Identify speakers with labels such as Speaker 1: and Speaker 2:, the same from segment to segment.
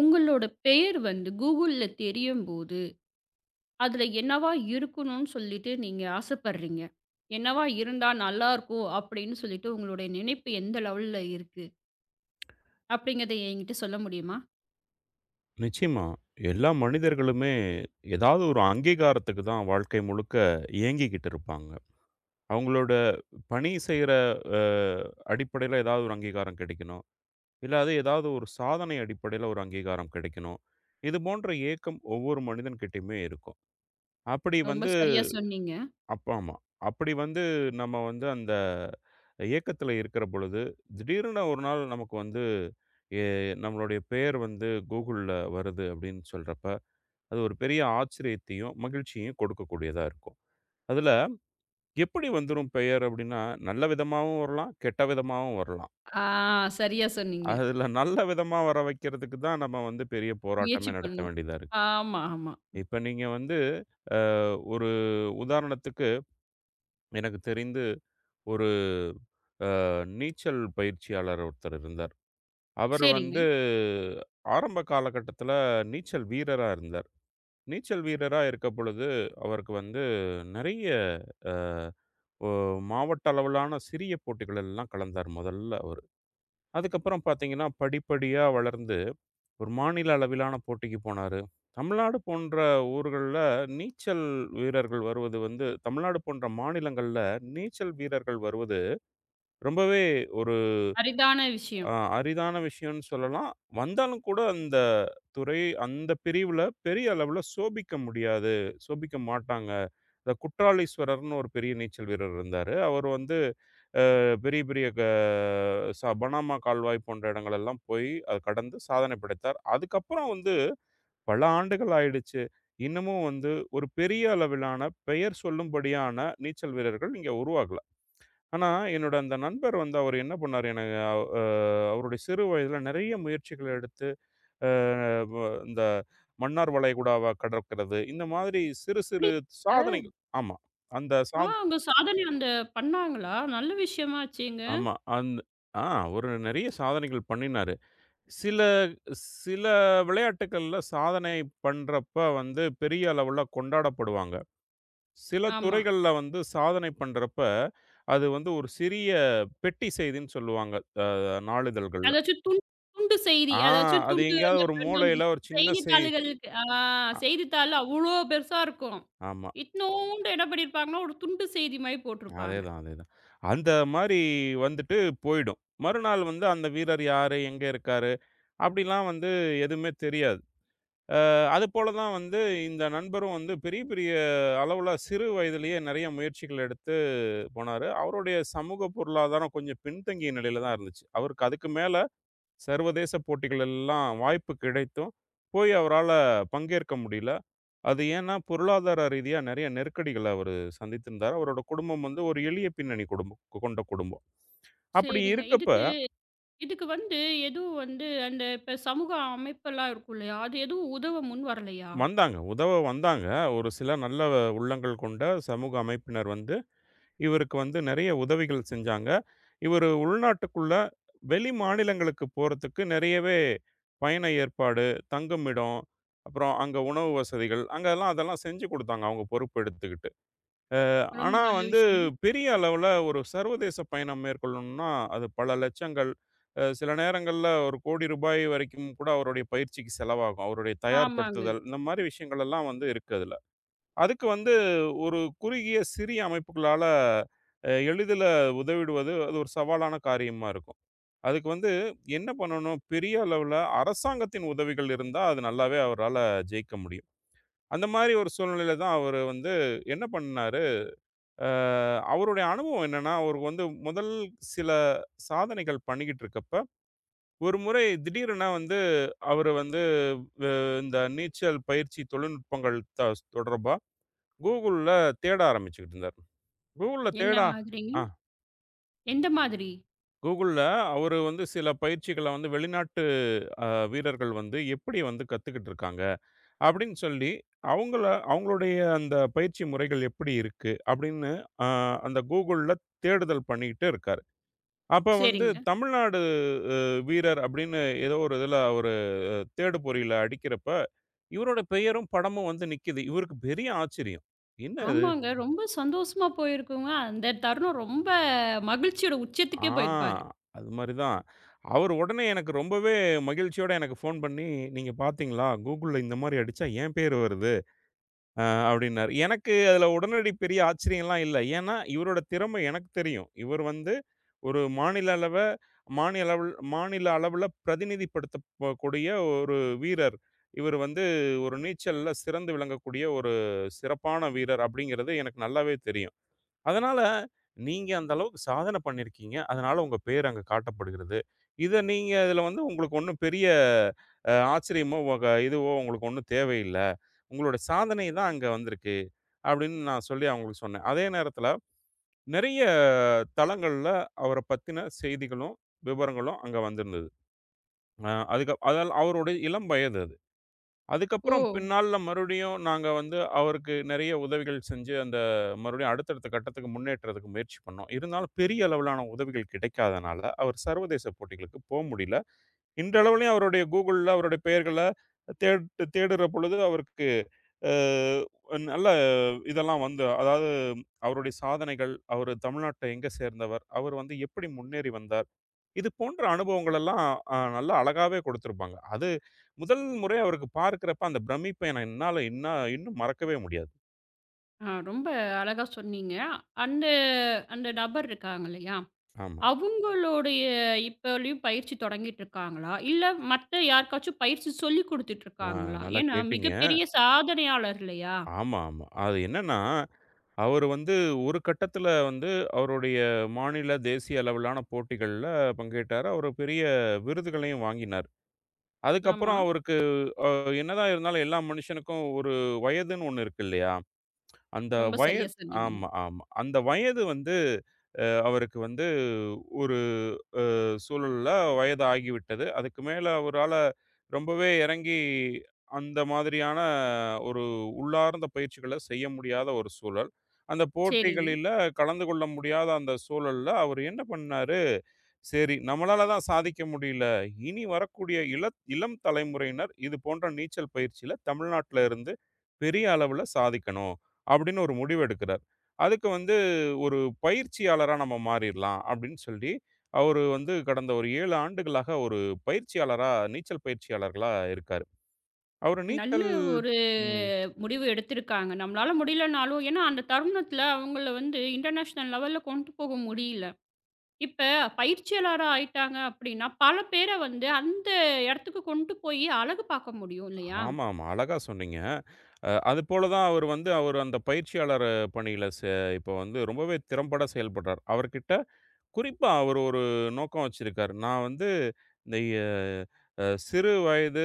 Speaker 1: உங்களோட பெயர் வந்து கூகுள்ல தெரியும்போது, அதுல என்னவா இருக்கணும்னு சொல்லிட்டு நீங்க ஆசைப்படுறீங்க? என்னவா இருந்தா நல்லாருக்கும் அப்படின்னு சொல்லிட்டு உங்களுடைய நினைப்பு எந்த லெவல்ல இருக்கு? அப்படிங்கிறத என்கிட்ட சொல்ல முடியுமா?
Speaker 2: நிச்சயமா. எல்லா மனிதர்களுமே ஏதாவது ஒரு அங்கீகாரத்துக்கு தான் வாழ்க்கை முழுக்க ஏங்கிக்கிட்டு இருப்பாங்க. அவங்களோட பணி செய்ற அ அடிப்படையில ஏதாவது ஒரு அங்கீகாரம் கிடைக்கணும். இல்ல அது ஏதாவது ஒரு சாதனை அடிப்படையில ஒரு அங்கீகாரம் கிடைக்கணும். இது போன்ற ஏக்கம் ஒவ்வொரு மனிதன்கிட்டயுமே இருக்கும். அப்படி
Speaker 1: ரொம்ப
Speaker 2: வந்து
Speaker 1: சரியா சொன்னீங்க.
Speaker 2: அப்ப ஆமா. அப்படி வந்து நம்ம வந்து அந்த ஏக்கத்தில இருக்கிற பொழுது, திடீர்னு ஒரு நாள் நமக்கு வந்து எ நம்மளுடைய பெயர் வந்து கூகுள்ல வருது அப்படின்னு சொல்றப்ப அது ஒரு பெரிய ஆச்சரியத்தையும், மகிழ்ச்சியையும் கொடுக்கக்கூடியதா இருக்கும். அதுல எப்படி வந்துரும் பெயர் அப்படின்னா, நல்ல விதமாவும் வரலாம், கெட்ட விதமாவும் வரலாம்.
Speaker 1: ஆ சரியா சொன்னீங்க.
Speaker 2: அதுல நல்ல விதமா வர வைக்கிறதுக்கு தான் நம்ம வந்து பெரிய
Speaker 1: முயற்சி
Speaker 2: போராட்டமே நடத்த
Speaker 1: பண்ணணும்.
Speaker 2: வேண்டியதா இருக்கு.
Speaker 1: ஆமா, ஆமா.
Speaker 2: இப்ப நீங்க வந்து அ ஒரு உதாரணத்துக்கு எனக்கு தெரிந்து ஒரு அ நீச்சல் பயிற்சியாளர் ஒருத்தர் இருந்தார். அவர்
Speaker 1: சரிங்க.
Speaker 2: வந்து ஆரம்ப காலகட்டத்தில நீச்சல் வீரரா இருந்தார். நீச்சல் வீரரா இருக்க பொழுது அவருக்கு வந்து நெறைய அ ஒ மாவட்ட அளவிலான சிறிய போட்டிகள் எல்லாம் கலந்தார் முதல்ல அவரு. அதுக்கப்புறம் பார்த்தீங்கன்னா, படிப்படியா வளர்ந்து ஒரு மாநில அளவிலான போட்டிக்கு போனாரு. தமிழ்நாடு போன்ற ஊர்கள்ல நீச்சல் வீரர்கள் வருவது வந்து தமிழ்நாடு போன்ற மாநிலங்கள்ல நீச்சல் வீரர்கள் வருவது ரொம்பவே ஒரு
Speaker 1: அரிதான விஷயம்.
Speaker 2: அரிதான விஷயம்னு சொல்லலாம். வந்தாலும் கூட அந்த துறை அந்த பிரிவுல பெரிய அளவுல சோபிக்க முடியாது. சோபிக்க மாட்டாங்க. இந்த குற்றாலீஸ்வரர்ன்னு ஒரு பெரிய நீச்சல் வீரர் இருந்தாரு. அவர் வந்து பெரிய பெரிய க ச பனாமா கால்வாய் போன்ற இடங்களெல்லாம் போய் அத கடந்து சாதனை படைத்தார். அதுக்கப்புறம் வந்து பல ஆண்டுகள் ஆயிடுச்சு. இன்னமும் வந்து ஒரு பெரிய அளவிலான பெயர் சொல்லும்படியான நீச்சல் வீரர்கள் இங்க உருவாகல. ஆனா, என்னோட அந்த நண்பர் வந்து அவர் என்ன பண்ணாரு, எனக்கு அவ் அ அவருடைய சிறு வயதில நெறைய முயற்சிகள் எடுத்து, அ வ இந்த மன்னார் வளைகுடாவ கடக்கிறது. இந்த மாதிரி சிறு சிறு
Speaker 1: அப்படிங்க.
Speaker 2: சாதனைகள் ஆமா. அந்த
Speaker 1: ஆ,
Speaker 2: சாத்
Speaker 1: அவங்க சாதனை அந்த பண்ணாங்களா? நல்ல விஷயமாச்சேங்க.
Speaker 2: ஆமா. அந்த அவரு நெறைய சாதனைகள் பண்ணினாரு. சில சில விளையாட்டுக்கள்ல சாதனை பண்றப்ப வந்து பெரிய அளவுல கொண்டாடப்படுவாங்க. சில
Speaker 1: ஆமா.
Speaker 2: துறைகள்ல வந்து சாதனை பண்றப்ப, அது வந்து ஒரு சிறிய பெட்டி செய்தின்னு சொல்லுவாங்க. அ நாளிதழ்கள்ல.
Speaker 1: அதாச்சும் துண் துண்டு செய்தி.
Speaker 2: ஆ
Speaker 1: அதாச்சும்
Speaker 2: அது
Speaker 1: துண்டு அந்த
Speaker 2: எங்கேயாவது ஒரு
Speaker 1: அந்த
Speaker 2: மூலையில ஒரு சின்ன செய்
Speaker 1: செய்தித்தாள்களுக்கு,
Speaker 2: அ
Speaker 1: செய்தித்தாள் அவ்ளோ பெருசா இருக்கும்.
Speaker 2: ஆமா.
Speaker 1: இத்துனூண்டு என்ன பண்ணியிருப்பாங்கன்னா, ஒரு துண்டு செய்தி மாரி போட்டிருப்பாங்க.
Speaker 2: அதேதான், அதேதான். அந்த மாரி வந்துட்டு போயிடும். மறுநாள் வந்து அந்த வீரர் யாரு? எங்க இருக்காரு? அப்படிலாம் வந்து எதுவுமே தெரியாது. அதுபோல தான் வந்து இந்த நண்பரும் வந்து பெரிய பெரிய அளவுல சிறு வயதிலேயே நெறைய முயற்சிகள் எடுத்து போனாரு. அவருடைய சமூக பொருளாதாரம் கொஞ்சம் பின்தங்கிய நிலையில தான் இருந்துச்சு. அவருக்கு அதுக்கு மேல சர்வதேச போட்டிகள் எல்லாம் வாய்ப்பு கிடைத்தும், போய் அவரால பங்கேற்க முடியல. அது ஏன்னா பொருளாதார ரீதியா நெறைய நெருக்கடிகள அவரு சந்தித்திருந்தாரு. அவரோட குடும்பம் வந்து ஒரு எளிய பின்னணி குடும்பம் கொண்ட குடும்பம். அப்படி
Speaker 1: சரிங்க.
Speaker 2: இருக்கப்ப
Speaker 1: இதுக்கு இதுக்கு வந்து எதுவும் வந்து அந்த இப்ப சமூக அமைப்பெல்லாம் இருக்கும் இல்லையா? அது எதுவும் உதவ முன் வரலையா?
Speaker 2: வந்தாங்க, உதவ வந்தாங்க. ஒரு சில நல்ல உள்ளங்கள் கொண்ட சமூக அமைப்பினர் வந்து இவருக்கு வந்து நெறைய உதவிகள் செஞ்சாங்க. இவரு உள்நாட்டுக்குள்ள வெளி மாநிலங்களுக்கு போறதுக்கு நெறையவே பயண ஏற்பாடு, தங்குமிடம், அப்புறம் அங்க உணவு வசதிகள், அங்கலாம் அதெல்லாம் செஞ்சு குடுத்தாங்க அவங்க பொறுப்பு எடுத்துக்கிட்டு.
Speaker 1: ரொம்ப
Speaker 2: ஆனா
Speaker 1: நல்ல
Speaker 2: வந்து
Speaker 1: விஷயம்.
Speaker 2: பெரிய அளவுல ஒரு சர்வதேச பயணம் மேற்கொள்ளணும்னா, அது பல லட்சங்கள், சில நேரங்கள்ல ₹1,00,00,000 வரைக்கும் கூட அவருடைய பயிற்சிக்கு செலவாகும். அவருடைய
Speaker 1: ஆமாங்க.
Speaker 2: தயார்படுத்துதல், இந்த மாரி விஷயங்கள் எல்லாம் வந்து இருக்கு அதுல. அதுக்கு வந்து ஒரு குறுகிய சிறிய அமைப்புகளால எளிதில உதவிடுவது, அது ஒரு சவாலான காரியமா இருக்கும். அதுக்கு வந்து என்ன பண்ணணும், பெரிய அளவுல அரசாங்கத்தின் உதவிகள் இருந்தா, அது நல்லாவே அவரால ஜெயிக்க முடியும். அந்த மாரி ஒரு சூழ்நிலையில தான் அவரு வந்து என்ன பண்ணாரு, அ அவருடைய அனுபவம் என்னன்னா, அவருக்கு வந்து முதல் சில சாதனைகள் பண்ணிக்கிட்டு இருக்கப்ப, ஒரு முறை திடீரென வந்து அவரு வந்து அ இந்த நீச்சல் பயிற்சி தொழில்நுட்பங்கள் தொடர்பா Googleல தேட ஆரம்பிச்சுக்கிட்டு இருந்தாரு. Googleல
Speaker 1: என்ன
Speaker 2: தேடா
Speaker 1: மாதிரிங்க?
Speaker 2: ஆ
Speaker 1: எந்த மாதிரி?
Speaker 2: Googleல அவரு வந்து சில பயிற்சிகள வந்து வெளிநாட்டு அ வீரர்கள் வந்து எப்படி வந்து கத்துக்கிட்டு இருக்காங்க? அப்படின்னு சொல்லி அவங்கள அவங்களுடைய அந்த பயிற்சி முறைகள் எப்படி இருக்கு? அப்படின்னு அ அந்த Googleல தேடுதல் பண்ணிக்கிட்டே இருக்காரு. அப்ப வந்து
Speaker 1: சரிங்க.
Speaker 2: தமிழ்நாடு அ வீரர் அப்படின்னு ஏதோ ஒரு இதுல அவரு தேடுபொறியில அடிக்கிறப்ப, இவரோட பெயரும், படமும் வந்து நிக்கிது. இவருக்கு பெரிய ஆச்சரியம். என்ன இது?
Speaker 1: ஆமாங்க. ரொம்ப சந்தோஷமா போயிருக்குங்க. அந்த தருணம் ரொம்ப மகிழ்ச்சியோட
Speaker 2: ஆ.
Speaker 1: உச்சத்துக்கே போயிருப்பாரு.
Speaker 2: அது மாரி தான். அவரு உடனே எனக்கு ரொம்பவே மகிழ்ச்சியோட எனக்கு ஃபோன் பண்ணி, "நீங்க பார்த்தீங்களா? கூகுள்ல இந்த மாரி அடிச்சா என் பேரு வருது." அப்டின்னாரு. எனக்கு அதுல உடனடி பெரிய ஆச்சரியம்லாம் இல்ல. ஏன்னா, இவரோட திறமை எனக்கு தெரியும். இவர் வந்து ஒரு மாநில அளவு மாநில அளவுல பிரதிநிதிப்படுத்தப்படக்கூடிய ஒரு வீரர். இவர் வந்து ஒரு நீச்சல்ல சிறந்து விளங்கக்கூடிய ஒரு சிறப்பான வீரர் அப்டிங்கிறது எனக்கு நல்லாவே தெரியும். அதனால, நீங்க அந்த அளவுக்கு சாதனை பண்ணியிருக்கீங்க. அதனால உங்க பேர் அங்க காட்டப்படுகிறது. இத நீங்க இதுல வந்து உங்களுக்கு ஒண்ணும் பெரிய ஆச்சரியமோ, இதுவோ உங்களுக்கு ஒண்ணும் தேவையில்ல. உங்களோட சாதனை தான் அங்க வந்திருக்கு. அப்படின்னு நான் சொல்லி அவங்களுக்கு சொன்னேன். அதே நேரத்துல நெறைய தளங்கள்ல அவர பத்தின செய்திகளும், விவரங்களும் அங்க வந்திருந்தது. அதுக்கு அதால அவருடைய இளம் வயது அது. அதுக்கப்புறம்
Speaker 1: ஓ!
Speaker 2: பின்னாள்ல மறுபடியும் நாங்க வந்து அவருக்கு நிறைய உதவிகள் செஞ்சு, அந்த மறுபடியும் அடுத்தடுத்த கட்டத்துக்கு முன்னேற்றதுக்கு முயற்சி பண்ணோம். இருந்தாலும் பெரிய அளவிலான உதவிகள் கிடைக்காதனால, அவர் சர்வதேச போட்டிகளுக்கு போ முடியல. இன்றளவிலும் அவருடைய Googleல அவருடைய பெயர்கள தேடுற பொழுது அவருக்கு அ நல்ல இதெல்லாம் வந்து அதாவது அவருடைய சாதனைகள், அவரு தமிழ்நாட்ட எங்க சேர்ந்தவர், அவர் வந்து எப்படி முன்னேறி வந்தார், இது போன்ற அனுபவங்கள் எல்லாம் நல்லா அழகாவே குடுத்திருப்பாங்க. அது முதல் முறை அவருக்கு பார்க்கிறப்ப அந்த பிரமிப்பை நான் என்னால இன்னும் மறக்கவே முடியாது.
Speaker 1: ரொம்ப அழகா சொன்னீங்க. அந்த அந்த நபர் இருக்காங்க இல்லையா?
Speaker 2: ஆமா.
Speaker 1: அவங்களுடைய இப்பலயும் பயிற்சி தொடங்கிட்டு இருக்காங்களா? இல்ல மத்த யாருக்காச்சும் பயிற்சி சொல்லிக் குடுத்துட்டு
Speaker 2: ஆ
Speaker 1: இருக்காங்களா?
Speaker 2: நல்லா
Speaker 1: ஏன்னா
Speaker 2: கேட்டீங்க.
Speaker 1: மிகப்பெரிய சாதனையாளர் இல்லையா?
Speaker 2: ஆமா, ஆமா. அது என்னன்னா, அவரு வந்து ஒரு கட்டத்தில வந்து அவருடைய மாநில, தேசிய அளவிலான போட்டிகள்ல பங்கேற்றாரு. அவரு பெரிய விருதுகளையும் வாங்கினாரு.
Speaker 1: ஆமா.
Speaker 2: அதுக்கப்புறம் அவருக்கு அ என்னதான் இருந்தாலும் எல்லா மனுஷனுக்கும் ஒரு வயதுன்னு ஒண்ணு இருக்கு இல்லையா? அந்த
Speaker 1: ரொம்ப சரியா
Speaker 2: வயது
Speaker 1: சொன்னீங்க.
Speaker 2: ஆமா, ஆமா. அந்த வயது வந்து அவருக்கு வந்து ஒரு சூழல்ல வயது ஆகிவிட்டது. அதுக்கு மேல அவரால ரொம்பவே இறங்கி அந்த மாதிரியான ஒரு உள்ளார்ந்த பயிற்சிகள செய்ய முடியாத ஒரு சூழல். அந்த
Speaker 1: சரிங்க.
Speaker 2: போட்டிகளில கலந்து கொள்ள முடியாத அந்த சூழல்ல அவர் என்ன பண்ணாரு? சரி, நம்மளால தான் சாதிக்க முடியல. இனி வரக்கூடிய இளம் தலைமுறையினர் இது போன்ற நீச்சல் பயிற்சியில தமிழ்நாட்டுல இருந்து பெரிய அளவுல சாதிக்கணும். அப்படின்னு ஒரு முடிவு எடுக்கிறார். அதுக்கு வந்து ஒரு பயிற்சியாளரா நம்ம மாறிடலாம் அப்படின்னு சொல்லி, அவரு வந்து கடந்த ஒரு 7 ஆண்டுகளாக ஒரு பயிற்சியாளரா நீச்சல் பயிற்சியாளர்களா இருக்காரு. அவரு
Speaker 1: நல்ல
Speaker 2: நீச்சல்
Speaker 1: ஒரு
Speaker 2: ம்.
Speaker 1: முடிவு எடுத்திருக்காங்க. நம்மளால முடியலனாலும், ஏன்னா அந்த தருணத்தில அவங்கள வந்து இன்டர்நேஷனல் லெவல்ல கொண்டு போக முடியல. இப்ப பயிற்சியாளரா ஆயிட்டாங்க அப்டின்னா, பல பேர வந்து அந்த இடத்துக்கு கொண்டு போயி அழகு பாக்க முடியும் இல்லையா?
Speaker 2: ஆமாமா. அழகா சொன்னீங்க. அது போல தான் அவர் வந்து அவர் அந்த பயிற்சியாளர் பணியில இப்ப வந்து ரொம்பவே திறம்பட செயல்படுறார். அவர்கிட்ட குறிப்பா அவரு ஒரு நோக்கம் வச்சிருக்காரு. நான் வந்து இந்த எ அ சிறு வயது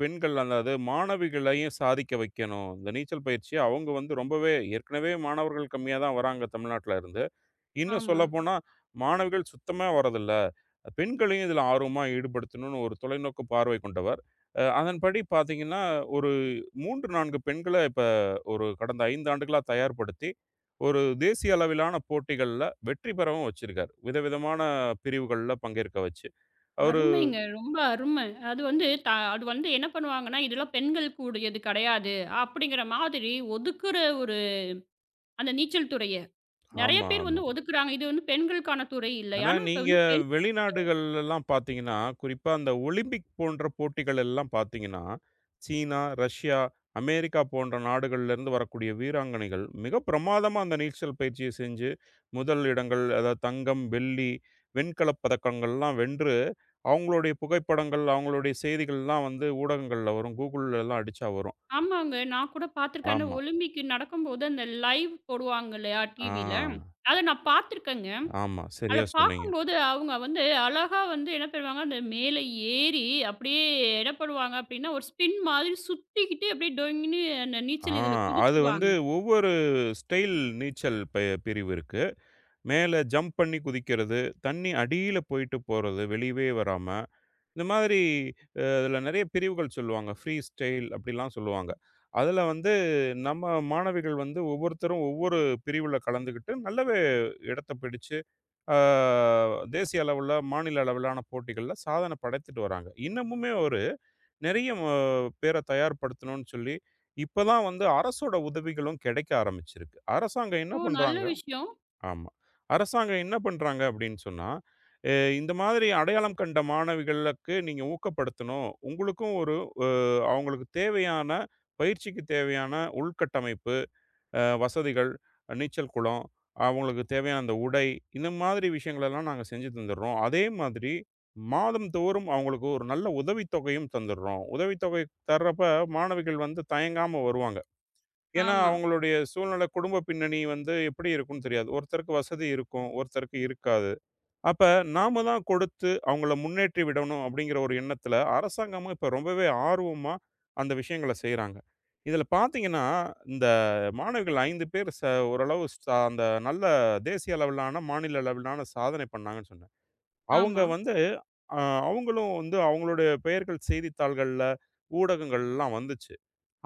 Speaker 2: பெண்கள் அதாவது மாணவிகளையும் சாதிக்க வைக்கணும். இந்த நீச்சல் பயிற்சி அவங்க வந்து ரொம்பவே ஏற்கனவே மாணவர்கள் கம்மியா தான் வராங்க தமிழ்நாட்ல இருந்து. இன்னும்
Speaker 1: ஆமா.
Speaker 2: சொல்லப்போனா, மாணவிகள் சுத்தமா வரதில்ல. பெண்களையும் இதில ஆர்வமா ஈடுபடுத்தணும்னு ஒரு தொலைநோக்கு பார்வை கொண்டவர். அதன்படி பார்த்தீங்கன்னா, ஒரு 3, 4 பெண்கள இப்ப ஒரு கடந்த 5 ஆண்டுகளா தயார்படுத்தி, ஒரு தேசிய அளவிலான போட்டிகள்ல வெற்றி பெறவும் வச்சிருக்காரு. விதவிதமான பிரிவுகள்ல பங்கேற்க வச்சு. அவரு
Speaker 1: அருமைங்க. ரொம்ப அருமை. அது வந்து த அது வந்து என்ன பண்ணுவாங்கன்னா, இதெல்லாம் பெண்களுக்கு உடையது கிடையாது. அப்படிங்கிற மாதிரி ஒதுக்குற ஒரு அந்த நீச்சல் துறைய. நெறைய
Speaker 2: ஆமா,
Speaker 1: பேர்
Speaker 2: ஆமா.
Speaker 1: வந்து ஒதுக்குறாங்க. இது வந்து பெண்களுக்கான துறை இல்லை.
Speaker 2: ஆனா,
Speaker 1: ஆனா இப்ப
Speaker 2: நீங்க
Speaker 1: வந்து பெண்.
Speaker 2: வெளிநாடுகள்லலாம் பார்த்தீங்கன்னா, குறிப்பா அந்த ஒலிம்பிக் போன்ற போட்டிகள் எல்லாம் பார்த்தீங்கன்னா, சீனா, ரஷ்யா, அமெரிக்கா போன்ற நாடுகள்லேருந்து வரக்கூடிய வீராங்கனைகள் மிக பிரமாதமா அந்த நீச்சல் பயிற்சிய செஞ்சு, முதல் இடங்கள் அதாவது தங்கம், வெள்ளி, வெண்கலப் பதக்கங்கள்லாம் வென்று, அவங்களுடைய புகைப்படங்கள், அவங்களுடைய செய்திகள்லாம் வந்து ஊடகங்கள்ல வரும். Googleலலாம் அடிச்சா வரும்.
Speaker 1: ஆமாங்க. நான் கூட பாத்துருக்கேன். அந்த
Speaker 2: ஆமா.
Speaker 1: ஒலிம்பிக் நடக்கும்போது அந்த லைவ் போடுவாங்க இல்லையா டிவில.
Speaker 2: ஆ.
Speaker 1: அத நான் பாத்துருக்கேங்க.
Speaker 2: ஆமா.
Speaker 1: அத
Speaker 2: சரியா சொன்னீங்க.
Speaker 1: பார்க்கும்போது அவங்க வந்து அழகா வந்து என்ன பண்ணுவாங்க, அந்த மேலே ஏறி அப்படியே என்ன பண்ணுவாங்க அப்படின்னா, ஒரு ஸ்பின் மாதிரி சுத்திக்கிட்டு அப்படியே டொய்ன்னு அந்த
Speaker 2: ஆ
Speaker 1: நீச்சல் இதுல
Speaker 2: அது வந்து
Speaker 1: குதிச்சுருவாங்க.
Speaker 2: ஒவ்வொரு ஸ்டைல் நீச்சல் ப பிரிவு இருக்கு. மேலே ஜம்ப் பண்ணி குதிக்கிறது, தண்ணி அடியில போயிட்டு போறது, வெளியவே வராம. இந்த மாதிரி அதில நெறைய பிரிவுகள் சொல்லுவாங்க. ஃப்ரீ ஸ்டைல் அப்படிலாம் சொல்லுவாங்க. அதில வந்து நம்ம மாணவிகள் வந்து ஒவ்வொருத்தரும் ஒவ்வொரு பிரிவுல கலந்துக்கிட்டு நல்லாவே இடத்த பிடிச்சு, ஆ தேசிய அளவுல, மாநில அளவிலான போட்டிகள்ல சாதனை படைத்துட்டு வராங்க. இன்னமுமே ஒரு நெறைய ம பேர தயார்படுத்தணும்னு சொல்லி இப்ப தான் வந்து அரசோட உதவிகளும் கிடைக்க ஆரம்பிச்சிருக்கு. அரசாங்கம் என்ன
Speaker 1: ஓ! நல்ல
Speaker 2: பண்றாங்க
Speaker 1: விஷயம்.
Speaker 2: ஆமா. அரசாங்கம் என்ன பண்றாங்க அப்படின்னு சொன்னா, அ இந்த மாதிரி அடையாளம் கண்ட மாணவிகளுக்கு நீங்க ஊக்கப்படுத்தணும். உங்களுக்கும் ஒரு அ அவங்களுக்கு தேவையான பயிற்சிக்கு தேவையான உள்கட்டமைப்பு, வசதிகள், நீச்சல் குளம், அவங்களுக்கு தேவையான அந்த உடை, இந்த மாதிரி விஷயங்களெல்லாம் நாங்க செஞ்சு தந்துடுறோம். அதே மாதிரி மாதம்தோறும் அவங்களுக்கு ஒரு நல்ல உதவித்தொகையும் தந்துடுறோம். உதவித்தொகை தர்றப்ப மாணவிகள் வந்து தயங்காம வருவாங்க. ஏன்னா,
Speaker 1: ஆமா,
Speaker 2: அவங்களுடைய சூழ்நிலை, குடும்ப பின்னணி வந்து எப்படி இருக்கும்னு தெரியாது. ஒருத்தருக்கு வசதி இருக்கும், ஒருத்தருக்கு இருக்காது. அப்ப நாம தான் கொடுத்து அவங்கள முன்னேற்றி விடணும் அப்படிங்கிற ஒரு எண்ணத்துல, அரசாங்கமும் இப்ப ரொம்பவே ஆர்வமா அந்த விஷயங்கள செய்றாங்க. இதுல பார்த்தீங்கன்னா, இந்த மாணவிகள் 5 பேர் ஓரளவு அந்த நல்ல தேசிய அளவிலான, மாநில அளவிலான சாதனை பண்ணாங்கன்னு சொன்னேன். அவங்க
Speaker 1: ஆமா,
Speaker 2: வந்து அ அவங்களும் வந்து அவங்களுடைய பெயர்கள் செய்தித்தாள்கள்ல, ஊடகங்கள்லாம் வந்துச்சு.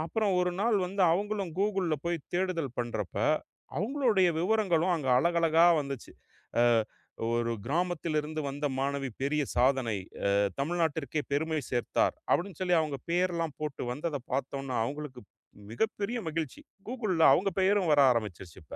Speaker 2: அப்புறம் ஒரு நாள் வந்து அவங்களும் கூகுள்ல போய் தேடுதல் பண்றப்ப, அவங்களுடைய விவரங்களும் அங்க அழகழகா வந்துச்சு. அ ஒரு கிராமத்திலிருந்து வந்த மாணவி பெரிய சாதனை. அ தமிழ்நாட்டிற்கே பெருமை சேர்த்தார். அப்படின்னு சொல்லி அவங்க பேர்லாம் போட்டு வந்தத பார்த்தோன்னா, அவங்களுக்கு மிகப்பெரிய மகிழ்ச்சி. கூகுள்ல அவங்க பெயரும் வர ஆரம்பிச்சுருச்சு இப்ப.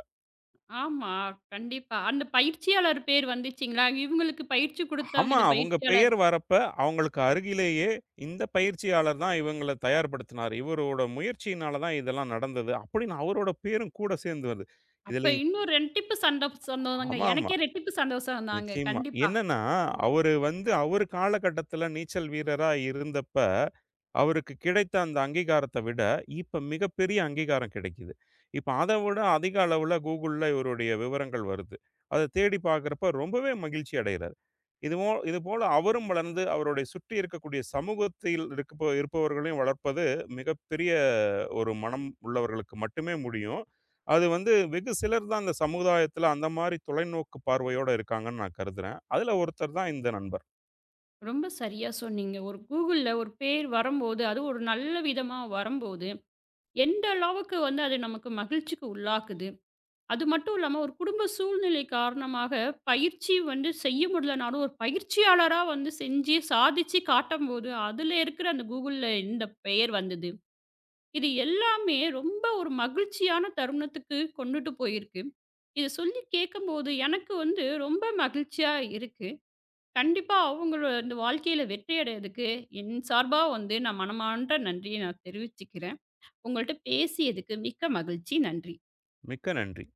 Speaker 1: ஆமா. கண்டிப்பா. அந்த பயிற்சியாளர் பேர் வந்துச்சுங்களா? இவங்களுக்கு பயிற்சி குடுத்தவங்க
Speaker 2: ஆமா.
Speaker 1: இந்த
Speaker 2: அவங்க
Speaker 1: பயிற்சியாளர்.
Speaker 2: பெயர் வரப்ப, அவங்களுக்கு அருகிலேயே இந்த பயிற்சியாளர் தான் இவங்கள தயார்படுத்தினார். இவரோட முயற்சியினால தான் இதெல்லாம் நடந்தது. அப்படின்னு அவரோட பேரும் கூட சேர்ந்து வருது.
Speaker 1: அப்ப
Speaker 2: இதுல
Speaker 1: இன்னும் ரெட்டிப்பு சண்ட சந்தோஷங்க.
Speaker 2: ஆமாமா.
Speaker 1: எனக்கே ரெட்டிப்பு சந்தோஷம் தாங்க.
Speaker 2: நிச்சயமா.
Speaker 1: கண்டிப்பா.
Speaker 2: என்னன்னா, அவரு வந்து அவரு காலகட்டத்துல நீச்சல் வீரரா இருந்தப்ப, அவருக்கு கிடைத்த அந்த அங்கீகாரத்த விட, இப்ப மிகப்பெரிய அங்கீகாரம் கிடைக்குது. இப்ப அத விட அதிக அளவுல Googleல இவருடைய விவரங்கள் வருது. அத தேடி பார்க்கிறப்ப ரொம்பவே மகிழ்ச்சி அடைகிறாரு. இதுவோ இதுபோல அவரும் வளர்ந்து, அவருடைய சுற்றி இருக்கக்கூடிய சமூகத்தில் இருக்கப்ப இருப்பவர்களையும் வளர்ப்பது மிகப்பெரிய ஒரு மனம் உள்ளவர்களுக்கு மட்டுமே முடியும். அது வந்து வெகு சிலர் தான் இந்த சமுதாயத்தில அந்த மாரி தொலைநோக்கு பார்வையோட இருக்காங்கன்னு நான் கருதுறேன். அதுல ஒருத்தர் தான் இந்த நண்பர்.
Speaker 1: ரொம்ப சரியா சொன்னீங்க. ஒரு கூகுள்ல ஒரு பேர் வரும்போது, அதுவும் ஒரு நல்ல விதமா வரும்போது எந்த அளவுக்கு வந்து அது நமக்கு மகிழ்ச்சிக்கு உள்ளாக்குது. அது மட்டும் இல்லாம ஒரு குடும்ப சூழ்நிலை காரணமாக பயிற்சி வந்து செய்ய முடியலனாலும், ஒரு பயிற்சியாளரா வந்து செஞ்சு சாதிச்சு காட்டம்போது, அதுல இருக்கிற அந்த கூகுள்ல இந்த பெயர் வந்தது. இது எல்லாமே ரொம்ப ஒரு மகிழ்ச்சியான தருணத்துக்கு கொண்டுட்டு போயிருக்கு. இத சொல்லி கேட்கும்போது எனக்கு வந்து ரொம்ப மகிழ்ச்சியா இருக்கு. கண்டிப்பா அவங்களோட இந்த வாழ்க்கையில வெற்றி அடையதுக்கு என் சார்பா வந்து நான் மனமான்ற நன்றிய நான் தெரிவிச்சுக்கிறேன். உங்கள்ட்ட பேசியதுக்கு மிக்க மகிழ்ச்சி. நன்றி.
Speaker 2: மிக்க நன்றி.